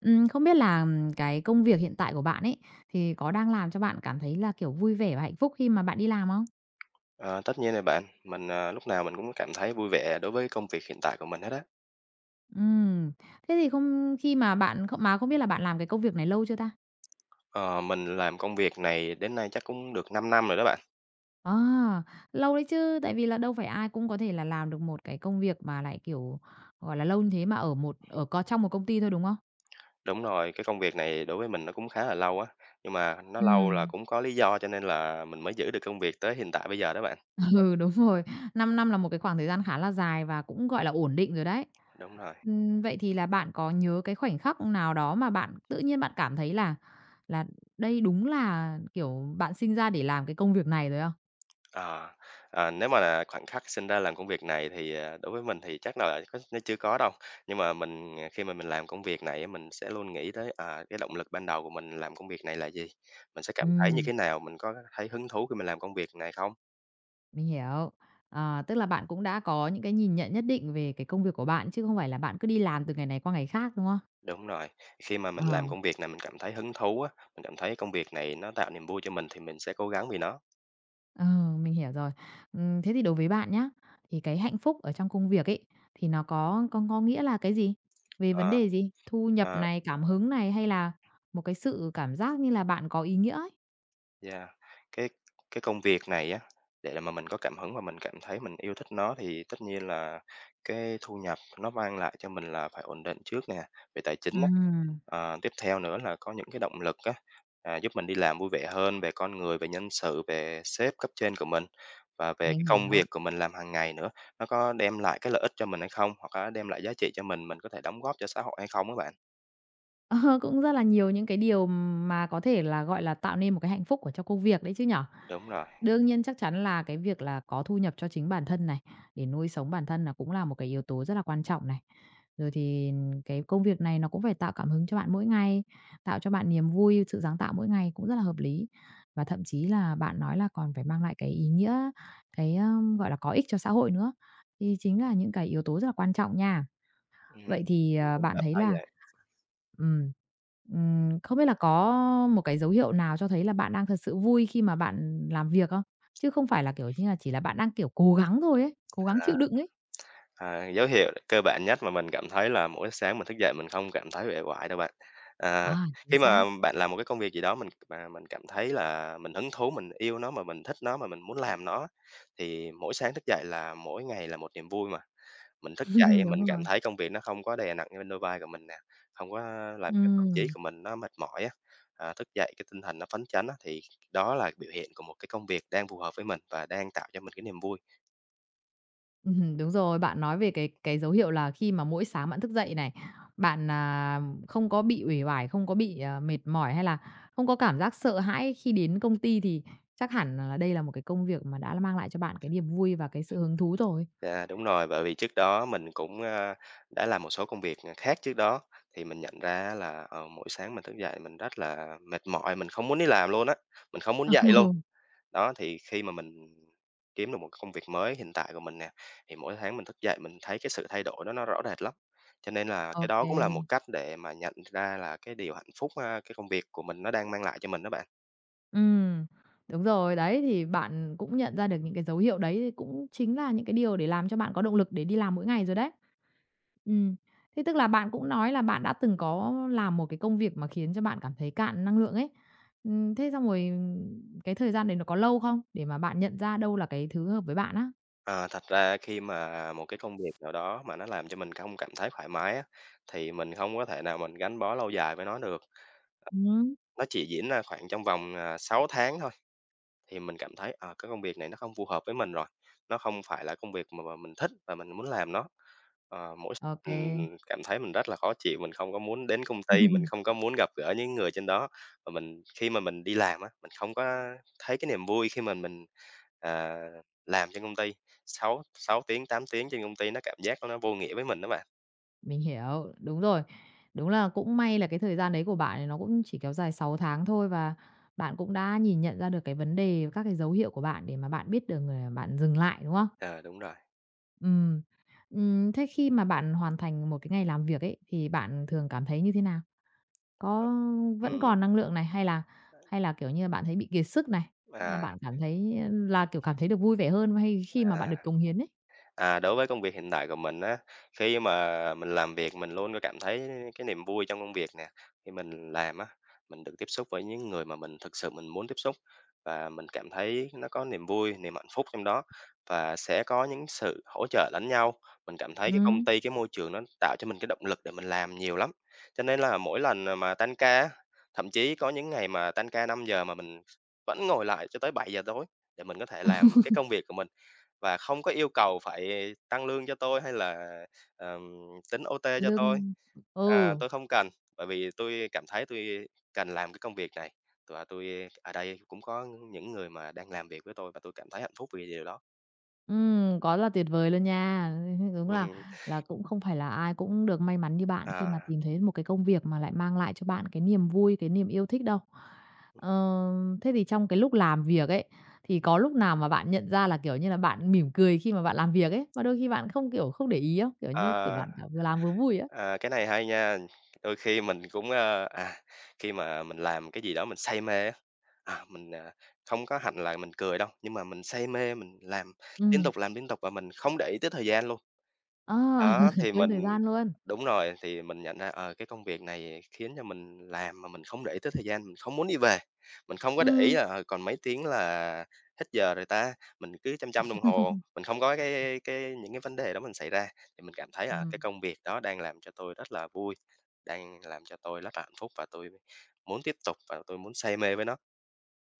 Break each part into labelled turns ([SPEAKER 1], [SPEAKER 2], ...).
[SPEAKER 1] Không biết là, cái công việc hiện tại của bạn ấy, thì có đang làm cho bạn cảm thấy là, kiểu, vui vẻ và hạnh phúc khi mà bạn đi làm không?
[SPEAKER 2] Ờ, Tất nhiên rồi bạn, lúc nào mình cũng cảm thấy vui vẻ đối với công việc hiện tại của mình hết á.
[SPEAKER 1] Ừm, Thế thì không khi mà bạn không biết là bạn làm cái công việc này lâu chưa ta?
[SPEAKER 2] Ờ, mình làm công việc này đến nay chắc cũng được 5 năm rồi đó bạn.
[SPEAKER 1] À, lâu đấy chứ, tại vì là đâu phải ai cũng có thể là làm được một cái công việc mà lại, kiểu, gọi là, lâu như thế mà ở một ở có trong một công ty thôi, đúng không?
[SPEAKER 2] Đúng rồi, cái công việc này đối với mình nó cũng khá là lâu á, nhưng mà nó lâu là
[SPEAKER 1] Ừm.
[SPEAKER 2] cũng có lý do cho nên là mình mới giữ được công việc tới hiện tại bây giờ đó bạn.
[SPEAKER 1] Ừ, đúng rồi. 5 năm là một cái khoảng thời gian khá là dài và cũng, gọi là, ổn định rồi đấy.
[SPEAKER 2] Đúng rồi.
[SPEAKER 1] Vậy thì là bạn có nhớ cái khoảnh khắc nào đó mà bạn tự nhiên bạn cảm thấy là là đây đúng là, kiểu, bạn sinh ra để làm cái công việc này rồi không?
[SPEAKER 2] Ờ, Nếu mà là khoảnh khắc sinh ra làm công việc này thì, đối với mình thì chắc là có nó chưa có đâu. Nhưng mà khi mà mình làm công việc này á, mình sẽ luôn nghĩ tới, cái động lực ban đầu của mình làm công việc này là gì? Mình sẽ cảm thấy như
[SPEAKER 1] Ừm,
[SPEAKER 2] thế nào? Mình có thấy hứng thú khi mình làm công việc này không?
[SPEAKER 1] mình hiểu. Ờ, tức là bạn cũng đã có những cái nhìn nhận nhất định về cái công việc của bạn, chứ không phải là bạn cứ đi làm từ ngày này qua ngày khác, đúng không?
[SPEAKER 2] Đúng rồi, khi mà
[SPEAKER 1] Ờ.
[SPEAKER 2] mình làm công việc này mình cảm thấy hứng thú á, mình cảm thấy công việc này nó tạo niềm vui cho mình thì mình sẽ cố gắng vì nó.
[SPEAKER 1] Ờ, mình hiểu rồi. Thế thì đối với bạn nhá, thì cái hạnh phúc ở trong công việc ấy, thì nó có nghĩa là cái gì? Về vấn
[SPEAKER 2] Ờ,
[SPEAKER 1] đề gì? Thu nhập
[SPEAKER 2] ờ.
[SPEAKER 1] này, cảm hứng này hay là một cái sự cảm giác như là bạn có ý nghĩa ấy?
[SPEAKER 2] Yeah, cái cái công việc này á, để mà mình có cảm hứng và mình cảm thấy mình yêu thích nó thì tất nhiên là cái thu nhập nó mang lại cho mình là phải ổn định trước nè, về tài chính á.
[SPEAKER 1] Ừm,
[SPEAKER 2] Tiếp theo nữa là có những cái động lực á, giúp mình đi làm vui vẻ hơn về con người, về nhân sự, về sếp cấp trên của mình và về
[SPEAKER 1] mình
[SPEAKER 2] cái công
[SPEAKER 1] hiểu.
[SPEAKER 2] việc của mình làm hàng ngày nữa, nó có đem lại cái lợi ích cho mình hay không? Hoặc là đem lại giá trị cho mình có thể đóng góp cho xã hội hay không á bạn?
[SPEAKER 1] Ờ, cũng rất là nhiều những cái điều mà có thể là, gọi là, tạo nên một cái hạnh phúc ở trong công việc đấy chứ nhở?
[SPEAKER 2] Đúng rồi,
[SPEAKER 1] Đương nhiên chắc chắn là cái việc là có thu nhập cho chính bản thân này, để nuôi sống bản thân là cũng là một cái yếu tố rất là quan trọng này. Rồi thì cái công việc này nó cũng phải tạo cảm hứng cho bạn mỗi ngày, tạo cho bạn niềm vui, sự sáng tạo mỗi ngày cũng rất là hợp lý. Và thậm chí là bạn nói là còn phải mang lại cái ý nghĩa, cái, gọi là, có ích cho xã hội nữa, thì chính là những cái yếu tố rất là quan trọng nha.
[SPEAKER 2] ừm,
[SPEAKER 1] Vậy thì,
[SPEAKER 2] mình
[SPEAKER 1] ờ,
[SPEAKER 2] cũng
[SPEAKER 1] bạn
[SPEAKER 2] cảm
[SPEAKER 1] thấy
[SPEAKER 2] thấy
[SPEAKER 1] là
[SPEAKER 2] vậy.
[SPEAKER 1] ừm, không biết là có một cái dấu hiệu nào cho thấy là bạn đang thật sự vui khi mà bạn làm việc không? Chứ không phải là, kiểu như là, chỉ là bạn đang, kiểu, cố gắng thôi ấy, cố gắng chịu đựng ấy.
[SPEAKER 2] Dấu hiệu cơ bản nhất mà mình cảm thấy là mỗi sáng mình thức dậy mình không cảm thấy uể oải đâu bạn. À,
[SPEAKER 1] À, chính
[SPEAKER 2] Khi
[SPEAKER 1] xác.
[SPEAKER 2] mà bạn làm một cái công việc gì đó mình mà mình cảm thấy là mình hứng thú, mình yêu nó mà mình thích nó mà mình muốn làm nó thì mỗi sáng thức dậy là mỗi ngày là một niềm vui mà. Mình thức dậy mình
[SPEAKER 1] Đúng rồi.
[SPEAKER 2] cảm thấy công việc nó không có đè nặng lên đôi vai của mình nè, không có làm cho tâm trí
[SPEAKER 1] Ừm.
[SPEAKER 2] của mình nó mệt mỏi á. Thức dậy cái tinh thần nó phấn chấn á, thì đó là biểu hiện của một cái công việc đang phù hợp với mình và đang tạo cho mình cái niềm vui.
[SPEAKER 1] Đúng rồi, bạn nói về cái dấu hiệu là khi mà mỗi sáng bạn thức dậy này, bạn, à, không có bị uể oải, không có bị, à, mệt mỏi hay là không có cảm giác sợ hãi khi đến công ty thì chắc hẳn là đây là một cái công việc mà đã mang lại cho bạn cái niềm vui và cái sự hứng thú rồi.
[SPEAKER 2] Đúng rồi, bởi vì trước đó mình cũng, đã làm một số công việc, khác trước đó, thì mình nhận ra là, mỗi sáng mình thức dậy mình rất là mệt mỏi, mình không muốn đi làm luôn á, mình không muốn dậy luôn. Đó, thì khi mà mình kiếm được một công việc mới hiện tại của mình nè, thì mỗi tháng mình thức dậy mình thấy cái sự thay đổi đó nó rõ rệt lắm. Cho nên là cái đó cũng là một
[SPEAKER 1] OK.
[SPEAKER 2] cách để mà nhận ra là cái điều hạnh phúc, cái công việc của mình nó đang mang lại cho mình đó bạn.
[SPEAKER 1] Ừm, Đúng rồi, đấy, thì bạn cũng nhận ra được những cái dấu hiệu đấy thì cũng chính là những cái điều để làm cho bạn có động lực để đi làm mỗi ngày rồi đấy. Ừm. Thế tức là bạn cũng nói là bạn đã từng có làm một cái công việc mà khiến cho bạn cảm thấy cạn năng lượng ấy. Thế xong rồi, cái thời gian đấy nó có lâu không? Để mà bạn nhận ra đâu là cái thứ hợp với bạn á.
[SPEAKER 2] Ờ, Thật ra khi mà một cái công việc nào đó mà nó làm cho mình không cảm thấy thoải mái á, thì mình không có thể nào mình gắn bó lâu dài với nó được.
[SPEAKER 1] Ừm.
[SPEAKER 2] Nó chỉ diễn ra khoảng trong vòng, 6 tháng thôi thì mình cảm thấy, cái công việc này nó không phù hợp với mình rồi, nó không phải là công việc mà mình thích và mình muốn làm nó. Ờ, mỗi
[SPEAKER 1] Ô kê.
[SPEAKER 2] Mình cảm thấy mình rất là khó chịu, mình không có muốn đến công ty, mình không có muốn gặp gỡ những người trên đó. Và mình khi mà mình đi làm á, mình không có thấy cái niềm vui khi mà mình, à, làm trên công ty, 6 6 tiếng, 8 tiếng trên công ty nó cảm giác nó vô nghĩa với mình đó bạn.
[SPEAKER 1] Mình hiểu, đúng rồi. Đúng là cũng may là cái thời gian đấy của bạn thì nó cũng chỉ kéo dài 6 tháng thôi và bạn cũng đã nhìn nhận ra được cái vấn đề, các cái dấu hiệu của bạn để mà bạn biết được là bạn dừng lại, đúng không?
[SPEAKER 2] Ờ, Đúng rồi.
[SPEAKER 1] Ừm. Thế khi mà bạn hoàn thành một cái ngày làm việc ấy, thì bạn thường cảm thấy như thế nào? Có vẫn
[SPEAKER 2] Ừm,
[SPEAKER 1] còn năng lượng này, hay là, kiểu như là, bạn thấy bị kiệt sức này, hay là
[SPEAKER 2] à,
[SPEAKER 1] bạn cảm thấy là, kiểu, cảm thấy được vui vẻ hơn hay khi mà bạn
[SPEAKER 2] à.
[SPEAKER 1] được cống hiến ấy?
[SPEAKER 2] Đối với công việc hiện tại của mình á, khi mà mình làm việc mình luôn có cảm thấy cái niềm vui trong công việc nè. Khi mình làm á, mình được tiếp xúc với những người mà mình thực sự mình muốn tiếp xúc và mình cảm thấy nó có niềm vui, niềm hạnh phúc trong đó và sẽ có những sự hỗ trợ lẫn nhau. Mình cảm thấy cái công
[SPEAKER 1] Ừm,
[SPEAKER 2] ty, cái môi trường nó tạo cho mình cái động lực để mình làm nhiều lắm. Cho nên là mỗi lần mà tan ca á, thậm chí có những ngày mà tan ca 5 giờ mà mình vẫn ngồi lại cho tới 7 giờ tối để mình có thể làm cái công việc của mình và không có yêu cầu phải tăng lương cho tôi hay là, ờm, tính OT cho tôi,
[SPEAKER 1] Lương. Ừ.
[SPEAKER 2] tôi không cần, bởi vì tôi cảm thấy tôi cần làm cái công việc này, và tôi ở đây cũng có những người mà đang làm việc với tôi và tôi cảm thấy hạnh phúc vì điều đó.
[SPEAKER 1] Quá là tuyệt vời luôn nha. Đúng là
[SPEAKER 2] Ừm,
[SPEAKER 1] là cũng không phải là ai cũng được may mắn như bạn khi
[SPEAKER 2] à,
[SPEAKER 1] mà tìm thấy một cái công việc mà lại mang lại cho bạn cái niềm vui, cái niềm yêu thích đâu. Ờ, thế thì trong cái lúc làm việc ấy, thì có lúc nào mà bạn nhận ra là, kiểu như là, bạn mỉm cười khi mà bạn làm việc ấy, mà đôi khi bạn không, kiểu, không để ý không? Kiểu như, kiểu,
[SPEAKER 2] ờ,
[SPEAKER 1] bạn cả vừa làm vừa vui á?
[SPEAKER 2] ờ, cái này hay nha, đôi khi mình cũng, khi mà mình làm cái gì đó mình say mê á, à, mình, à, không có hẳn là mình cười đâu, nhưng mà mình say mê, mình
[SPEAKER 1] Ừm,
[SPEAKER 2] làm liên tục và mình không để ý tới thời gian luôn.
[SPEAKER 1] ờ,
[SPEAKER 2] Đó, thì
[SPEAKER 1] quên thời gian luôn.
[SPEAKER 2] đúng rồi, thì mình nhận ra, cái công việc này khiến cho mình làm mà mình không để ý tới thời gian, mình không muốn đi về. Mình không có để ý
[SPEAKER 1] Ừm,
[SPEAKER 2] là, còn mấy tiếng là hết giờ rồi ta, mình cứ chăm chăm đồng hồ, mình không có cái những cái vấn đề đó mình xảy ra, thì mình cảm thấy, cái
[SPEAKER 1] ừm,
[SPEAKER 2] công việc đó đang làm cho tôi rất là vui, đang làm cho tôi rất là hạnh phúc và tôi muốn tiếp tục và tôi muốn say mê với nó.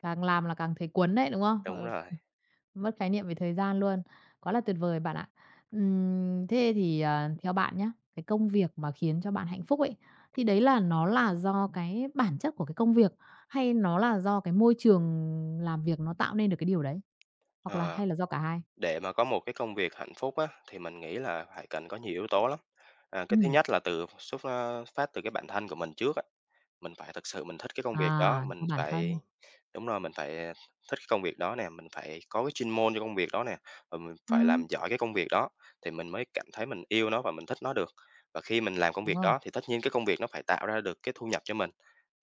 [SPEAKER 1] Càng làm là càng thấy cuốn đấy, đúng không?
[SPEAKER 2] Đúng
[SPEAKER 1] Ờ.
[SPEAKER 2] rồi,
[SPEAKER 1] Mất khái niệm về thời gian luôn. Quá là tuyệt vời bạn ạ. Thế thì, à, theo bạn nhé, cái công việc mà khiến cho bạn hạnh phúc ấy, thì đấy là nó là do cái bản chất của cái công việc, hay nó là do cái môi trường làm việc nó tạo nên được cái điều đấy? Hoặc là
[SPEAKER 2] ờ,
[SPEAKER 1] hay là do cả hai?
[SPEAKER 2] để mà có một cái công việc hạnh phúc á, thì mình nghĩ là phải cần có nhiều yếu tố lắm. Cái thứ
[SPEAKER 1] Ừm,
[SPEAKER 2] nhất là xuất phát từ cái bản thân của mình trước á, mình phải thực sự mình thích cái công việc đó,
[SPEAKER 1] À, do
[SPEAKER 2] mình
[SPEAKER 1] bản
[SPEAKER 2] phải
[SPEAKER 1] thân.
[SPEAKER 2] đúng rồi, mình phải, thích cái công việc đó nè, mình phải có cái chuyên môn cho công việc đó nè, và mình phải
[SPEAKER 1] Ừm,
[SPEAKER 2] làm giỏi cái công việc đó thì mình mới cảm thấy mình yêu nó và mình thích nó được. Và khi mình làm công
[SPEAKER 1] Đúng
[SPEAKER 2] việc
[SPEAKER 1] rồi,
[SPEAKER 2] đó thì tất nhiên cái công việc nó phải tạo ra được cái thu nhập cho mình.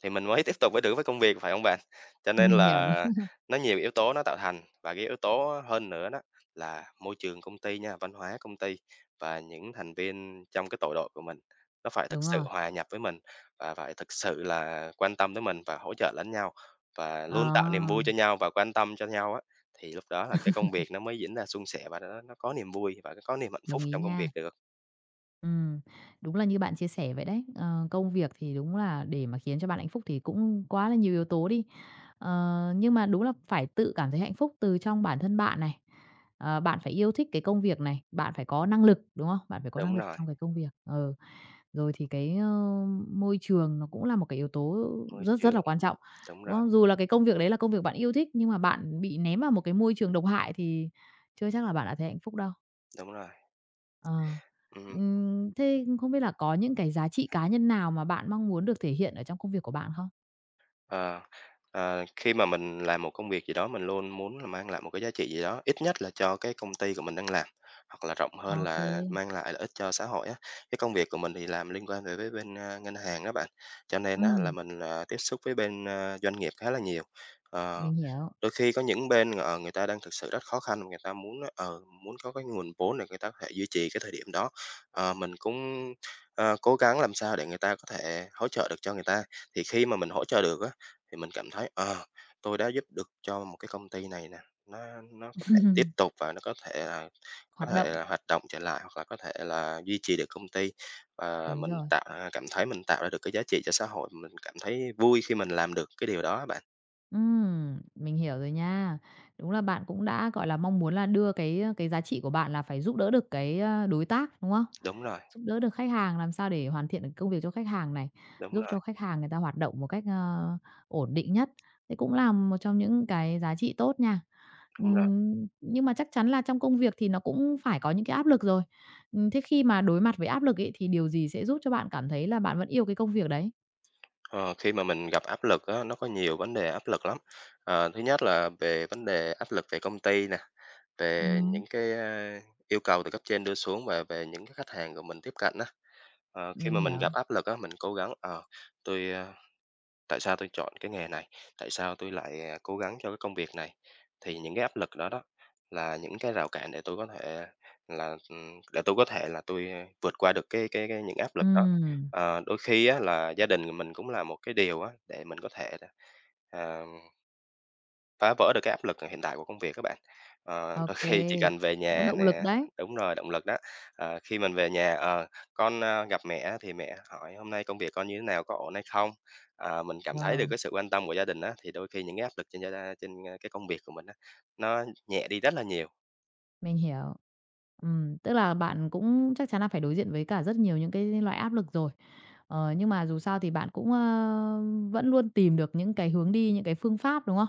[SPEAKER 2] Thì mình mới tiếp tục được với công việc, phải không bạn? Cho nên
[SPEAKER 1] mình hiểu, đúng,
[SPEAKER 2] là nó nhiều yếu tố nó tạo thành và cái yếu tố hơn nữa đó là môi trường công ty nha, văn hóa công ty và những thành viên trong cái tổ đội của mình, nó phải thực
[SPEAKER 1] đúng
[SPEAKER 2] sự
[SPEAKER 1] rồi.
[SPEAKER 2] hòa nhập với mình và phải thực sự là quan tâm tới mình và hỗ trợ lẫn nhau và luôn tạo niềm
[SPEAKER 1] Ờ,
[SPEAKER 2] vui cho nhau và quan tâm cho nhau á, thì lúc đó là cái công việc nó mới diễn ra suôn sẻ và nó có niềm vui và nó có niềm hạnh
[SPEAKER 1] đồng
[SPEAKER 2] phúc
[SPEAKER 1] ý
[SPEAKER 2] trong công việc
[SPEAKER 1] nha.
[SPEAKER 2] được.
[SPEAKER 1] Ừm, Đúng là như bạn chia sẻ vậy đấy. Ờ, công việc thì đúng là để mà khiến cho bạn hạnh phúc thì cũng quá là nhiều yếu tố đi. Ờ, nhưng mà đúng là phải tự cảm thấy hạnh phúc từ trong bản thân bạn này. Ờ, bạn phải yêu thích cái công việc này, bạn phải có năng lực, đúng không? Bạn phải có năng
[SPEAKER 2] Đúng
[SPEAKER 1] lực
[SPEAKER 2] rồi,
[SPEAKER 1] trong cái công việc. Ừ. Rồi thì cái, ơ, môi trường nó cũng là một cái yếu tố
[SPEAKER 2] môi
[SPEAKER 1] rất rất là
[SPEAKER 2] trường,
[SPEAKER 1] quan trọng,
[SPEAKER 2] đúng
[SPEAKER 1] đúng
[SPEAKER 2] rồi,
[SPEAKER 1] không? Dù là cái công việc đấy là công việc bạn yêu thích nhưng mà bạn bị ném vào một cái môi trường độc hại thì chưa chắc là bạn đã thấy hạnh phúc đâu.
[SPEAKER 2] đúng rồi,
[SPEAKER 1] Ờ.
[SPEAKER 2] ừ.
[SPEAKER 1] Thế không biết là có những cái giá trị cá nhân nào mà bạn mong muốn được thể hiện ở trong công việc của bạn không?
[SPEAKER 2] Ờ, Khi mà mình làm một công việc gì đó, mình luôn muốn là mang lại một cái giá trị gì đó, ít nhất là cho cái công ty của mình đang làm, hoặc là rộng hơn là
[SPEAKER 1] OK,
[SPEAKER 2] mang lại lợi ích cho xã hội á. Cái công việc của mình thì làm liên quan về với bên, ngân hàng đó bạn, cho nên á là
[SPEAKER 1] ừm,
[SPEAKER 2] mình, tiếp xúc với bên, doanh nghiệp khá là nhiều. Ờ.
[SPEAKER 1] mình hiểu,
[SPEAKER 2] Đôi khi có những bên, người ta đang thực sự rất khó khăn, người ta muốn á, muốn có cái nguồn vốn để người ta có thể duy trì cái thời điểm đó. Mình cũng, cố gắng làm sao để người ta có thể hỗ trợ được cho người ta. Thì khi mà mình hỗ trợ được á, thì mình cảm thấy, tôi đã giúp được cho một cái công ty này nè, nó nó có thể tiếp tục và nó có thể là
[SPEAKER 1] hoạt động,
[SPEAKER 2] hoạt động trở lại, hoặc là có thể là duy trì được công ty. Và
[SPEAKER 1] đúng
[SPEAKER 2] mình
[SPEAKER 1] rồi.
[SPEAKER 2] cảm thấy mình tạo ra được cái giá trị cho xã hội, mình cảm thấy vui khi mình làm được cái điều đó bạn.
[SPEAKER 1] Mình hiểu rồi nha. Đúng là bạn cũng đã, gọi là, mong muốn là đưa cái, ơ, cái giá trị của bạn là phải giúp đỡ được cái, ơ, đối tác, đúng không?
[SPEAKER 2] Đúng rồi,
[SPEAKER 1] Giúp đỡ được khách hàng, làm sao để hoàn thiện được công việc cho khách hàng này,
[SPEAKER 2] đúng
[SPEAKER 1] giúp
[SPEAKER 2] rồi.
[SPEAKER 1] cho khách hàng người ta hoạt động một cách, ơ, ổn định nhất. Thế cũng là một trong những cái giá trị tốt nha.
[SPEAKER 2] Đúng rồi.
[SPEAKER 1] Nhưng mà chắc chắn là trong công việc thì nó cũng phải có những cái áp lực rồi. Thế khi mà đối mặt với áp lực ấy, thì điều gì sẽ giúp cho bạn cảm thấy là bạn vẫn yêu cái công việc đấy?
[SPEAKER 2] Ờ, Khi mà mình gặp áp lực á, nó có nhiều vấn đề áp lực lắm. Thứ nhất là về vấn đề áp lực về công ty nè, về
[SPEAKER 1] Ừm,
[SPEAKER 2] những cái yêu cầu từ cấp trên đưa xuống và về những cái khách hàng của mình tiếp cận á. Khi
[SPEAKER 1] mình
[SPEAKER 2] mà mình gặp
[SPEAKER 1] hiểu.
[SPEAKER 2] áp lực á, mình cố gắng, ờ, tôi, a Tại sao tôi chọn cái nghề này? Tại sao tôi lại cố gắng cho cái công việc này? Thì những cái áp lực đó đó là những cái rào cản để tôi có thể là, để tôi có thể là tôi vượt qua được cái những áp lực đó.
[SPEAKER 1] Ừm,
[SPEAKER 2] Ờ, đôi khi á là gia đình của mình cũng là một cái điều á để mình có thể à phá vỡ được cái áp lực hiện tại của công việc các bạn. Ờ,
[SPEAKER 1] Ô,
[SPEAKER 2] đôi khi chỉ cần về
[SPEAKER 1] có
[SPEAKER 2] nhà
[SPEAKER 1] động lực
[SPEAKER 2] nè,
[SPEAKER 1] đấy.
[SPEAKER 2] đúng rồi, động lực đó. Khi mình về nhà, con gặp mẹ thì mẹ hỏi: "Hôm nay công việc con như thế nào, có ổn hay không?" Ờ, mình cảm thấy được
[SPEAKER 1] Ờ,
[SPEAKER 2] cái sự quan tâm của gia đình á, thì đôi khi những cái áp lực trên gia đa trên, a, cái công việc của mình á, nó nhẹ đi rất là nhiều.
[SPEAKER 1] mình hiểu. Tức là bạn cũng chắc chắn là phải đối diện với cả rất nhiều những cái loại áp lực rồi. Ờ, nhưng mà dù sao thì bạn cũng, ơ, vẫn luôn tìm được những cái hướng đi, những cái phương pháp, đúng không?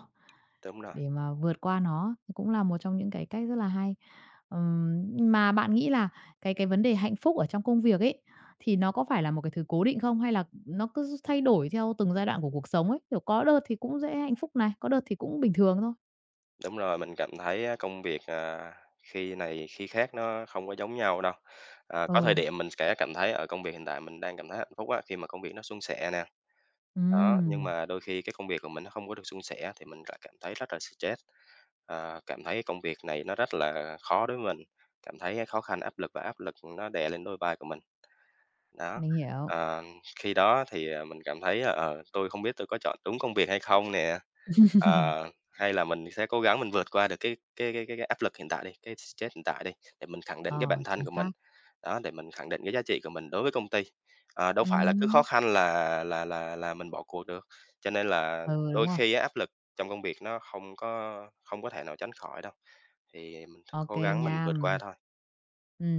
[SPEAKER 2] Đúng rồi,
[SPEAKER 1] Để mà vượt qua nó thì cũng là một trong những cái cách rất là hay. Ừm, mà bạn nghĩ là cái vấn đề hạnh phúc ở trong công việc ấy, thì nó có phải là một cái thứ cố định không? Hay là nó cứ thay đổi theo từng giai đoạn của cuộc sống ấy? Kiểu, có đợt thì cũng dễ hạnh phúc này, có đợt thì cũng bình thường thôi.
[SPEAKER 2] đúng rồi, mình cảm thấy á công việc khi này khi khác nó không có giống nhau đâu. Có thời
[SPEAKER 1] Ừ,
[SPEAKER 2] điểm mình sẽ cảm thấy ở công việc hiện tại mình đang cảm thấy hạnh phúc á, khi mà công việc nó suôn sẻ nè. Đó, nhưng
[SPEAKER 1] ừm,
[SPEAKER 2] mà đôi khi cái công việc của mình nó không có được suôn sẻ thì mình lại cảm thấy rất là stress, cảm thấy công việc này nó rất là khó đối với mình, cảm thấy khó khăn, áp lực và áp lực nó đè lên đôi vai của mình. Đó,
[SPEAKER 1] mình hiểu.
[SPEAKER 2] ờ, khi đó thì, mình cảm thấy là, tôi không biết tôi có chọn đúng công việc hay không nè, ờ, hay là mình sẽ cố gắng mình vượt qua được cái áp lực hiện tại đi, cái stress hiện tại đi, để mình khẳng định cái bản
[SPEAKER 1] Ờ,
[SPEAKER 2] thân
[SPEAKER 1] chính
[SPEAKER 2] của mình,
[SPEAKER 1] xác.
[SPEAKER 2] đó, để mình khẳng định cái giá trị của mình đối với công ty. Đâu phải là cứ khó
[SPEAKER 1] Ừm,
[SPEAKER 2] khăn là mình bỏ cuộc được, cho nên là
[SPEAKER 1] ừ, Đúng
[SPEAKER 2] đôi
[SPEAKER 1] rồi.
[SPEAKER 2] khi á áp lực trong công việc nó không có thể nào tránh khỏi đâu, thì mình
[SPEAKER 1] Ok
[SPEAKER 2] cố
[SPEAKER 1] kê
[SPEAKER 2] gắng
[SPEAKER 1] nha,
[SPEAKER 2] mình vượt qua thôi.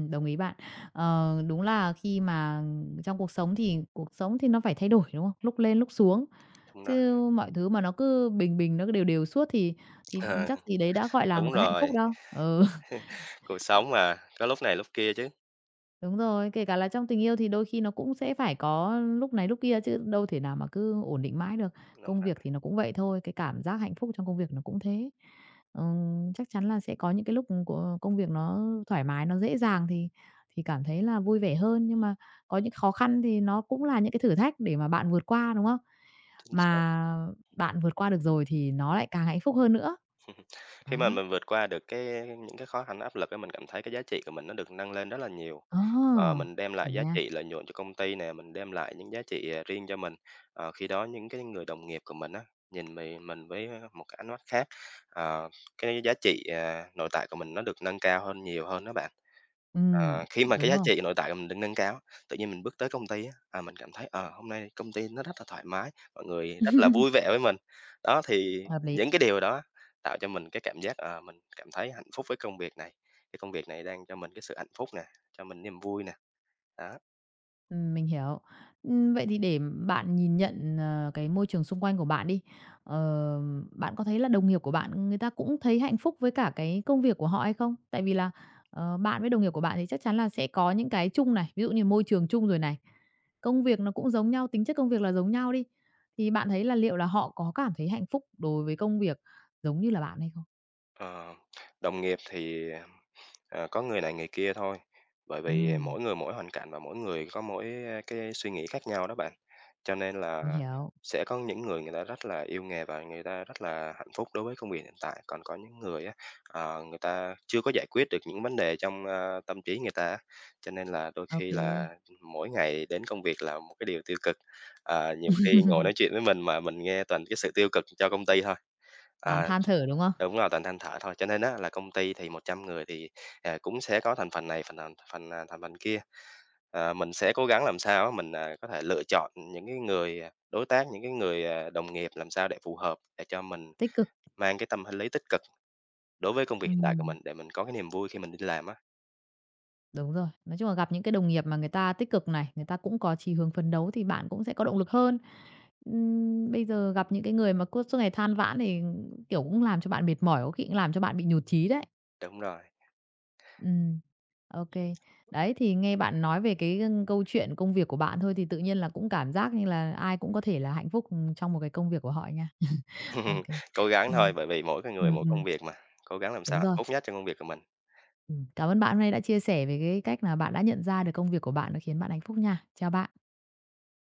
[SPEAKER 1] đồng ý bạn. Ờ, đúng là khi mà trong cuộc sống thì nó phải thay đổi, đúng không? Lúc lên lúc xuống.
[SPEAKER 2] Đúng rồi,
[SPEAKER 1] Chứ mọi thứ mà nó cứ bình bình, nó cứ đều đều suốt thì ừ,
[SPEAKER 2] ờ,
[SPEAKER 1] chắc gì đấy đã gọi là một
[SPEAKER 2] đúng
[SPEAKER 1] cái hạnh phúc
[SPEAKER 2] rồi,
[SPEAKER 1] đâu. Ừ,
[SPEAKER 2] cuộc sống mà, có lúc này lúc kia chứ.
[SPEAKER 1] đúng rồi, kể cả là trong tình yêu thì đôi khi nó cũng sẽ phải có lúc này lúc kia chứ đâu thể nào mà cứ ổn định mãi được.
[SPEAKER 2] Đúng
[SPEAKER 1] Công
[SPEAKER 2] rồi,
[SPEAKER 1] việc thì nó cũng vậy thôi, cái cảm giác hạnh phúc trong công việc nó cũng thế. Chắc chắn là sẽ có những cái lúc ừ, của công việc nó thoải mái, nó dễ dàng thì cảm thấy là vui vẻ hơn, nhưng mà có những khó khăn thì nó cũng là những cái thử thách để mà bạn vượt qua, đúng không?
[SPEAKER 2] chính xác.
[SPEAKER 1] Mà bạn vượt qua được rồi thì nó lại càng hạnh phúc hơn nữa.
[SPEAKER 2] Khi mà
[SPEAKER 1] Đó.
[SPEAKER 2] mình vượt qua được cái những cái khó khăn, áp lực ấy mình cảm thấy cái giá trị của mình nó được nâng lên rất là nhiều.
[SPEAKER 1] Ờ,
[SPEAKER 2] Mình đem lại
[SPEAKER 1] chuẩn
[SPEAKER 2] giá
[SPEAKER 1] nha.
[SPEAKER 2] trị lợi nhuận cho công ty nè, mình đem lại những giá trị riêng cho mình. Ờ, khi đó những cái người đồng nghiệp của mình á, nhìn mình với một cái ánh mắt khác, ờ, cái giá trị nội tại của mình nó được nâng cao hơn nhiều hơn đó bạn. Khi mà cái
[SPEAKER 1] Đúng
[SPEAKER 2] giá
[SPEAKER 1] rồi,
[SPEAKER 2] trị nội tại của mình được nâng cao, tự nhiên mình bước tới công ty á, mình cảm thấy, hôm nay công ty nó rất là thoải mái, mọi người rất là vui vẻ với mình. Đó, thì
[SPEAKER 1] hợp lý.
[SPEAKER 2] những cái điều đó tạo cho mình cái cảm giác, mình cảm thấy hạnh phúc với công việc này, cái công việc này đang cho mình cái sự hạnh phúc nè, cho mình niềm vui nè, đó.
[SPEAKER 1] Mình hiểu. Vậy thì để bạn nhìn nhận, ờ, cái môi trường xung quanh của bạn đi, ờ, bạn có thấy là đồng nghiệp của bạn người ta cũng thấy hạnh phúc với cả cái công việc của họ hay không? Tại vì là, ờ, bạn với đồng nghiệp của bạn thì chắc chắn là sẽ có những cái chung này, ví dụ như môi trường chung rồi này, công việc nó cũng giống nhau, tính chất công việc là giống nhau đi, thì bạn thấy là liệu là họ có cảm thấy hạnh phúc đối với công việc giống như là bạn hay không?
[SPEAKER 2] Ờ, Đồng nghiệp thì có người này người kia thôi, bởi vì
[SPEAKER 1] Ừm,
[SPEAKER 2] mỗi người mỗi hoàn cảnh và mỗi người có mỗi cái suy nghĩ khác nhau đó bạn. Cho nên
[SPEAKER 1] mình
[SPEAKER 2] là
[SPEAKER 1] hiểu.
[SPEAKER 2] sẽ có những người người ta rất là yêu nghề và người ta rất là hạnh phúc đối với công việc hiện tại, còn có những người á, người ta chưa có giải quyết được những vấn đề trong tâm trí người ta á, cho nên là đôi
[SPEAKER 1] Ok
[SPEAKER 2] khi
[SPEAKER 1] kê,
[SPEAKER 2] là mỗi ngày đến công việc là một cái điều tiêu cực. Ờ, nhiều khi ngồi nói chuyện với mình mà mình nghe toàn cái sự tiêu cực cho công ty thôi.
[SPEAKER 1] than
[SPEAKER 2] À,
[SPEAKER 1] thở, đúng không?
[SPEAKER 2] đúng rồi, toàn than thở thôi, cho nên á là công ty thì 100 người thì, cũng sẽ có thành phần này, phần nàn phần, à, thành phần kia. Ờ, mình sẽ cố gắng làm sao á mình có thể lựa chọn những cái người đối tác, những cái người đồng nghiệp làm sao để phù hợp, để cho mình
[SPEAKER 1] Tích cực.
[SPEAKER 2] mang cái tâm lý tích cực đối với công việc hiện tại của
[SPEAKER 1] Ừm.
[SPEAKER 2] mình, để mình có cái niềm vui khi mình đi làm á.
[SPEAKER 1] Đúng rồi, nói chung là gặp những cái đồng nghiệp mà người ta tích cực này, người ta cũng có chí hướng phấn đấu thì bạn cũng sẽ có động lực hơn. Bây giờ gặp những cái người mà cứ suốt ngày than vãn thì, kiểu, cũng làm cho bạn mệt mỏi, có khi cũng làm cho bạn bị nhụt chí đấy.
[SPEAKER 2] Đúng rồi,
[SPEAKER 1] Ừm, ô Đấy, thì nghe bạn nói về cái, câu chuyện công việc của bạn thôi thì tự nhiên là cũng cảm giác như là ai cũng có thể là hạnh phúc, trong một cái công việc của họ nha. OK.
[SPEAKER 2] cố gắng
[SPEAKER 1] Ừm.
[SPEAKER 2] thôi, bởi vì mỗi cái người
[SPEAKER 1] Ừm,
[SPEAKER 2] mỗi
[SPEAKER 1] ừm,
[SPEAKER 2] công việc mà, cố gắng làm
[SPEAKER 1] Đúng
[SPEAKER 2] sao hạnh
[SPEAKER 1] rồi.
[SPEAKER 2] phúc nhất trong công việc của mình.
[SPEAKER 1] Cảm ơn bạn hôm nay đã chia sẻ về cái cách là bạn đã nhận ra được công việc của bạn nó khiến bạn hạnh phúc nha. Chào bạn.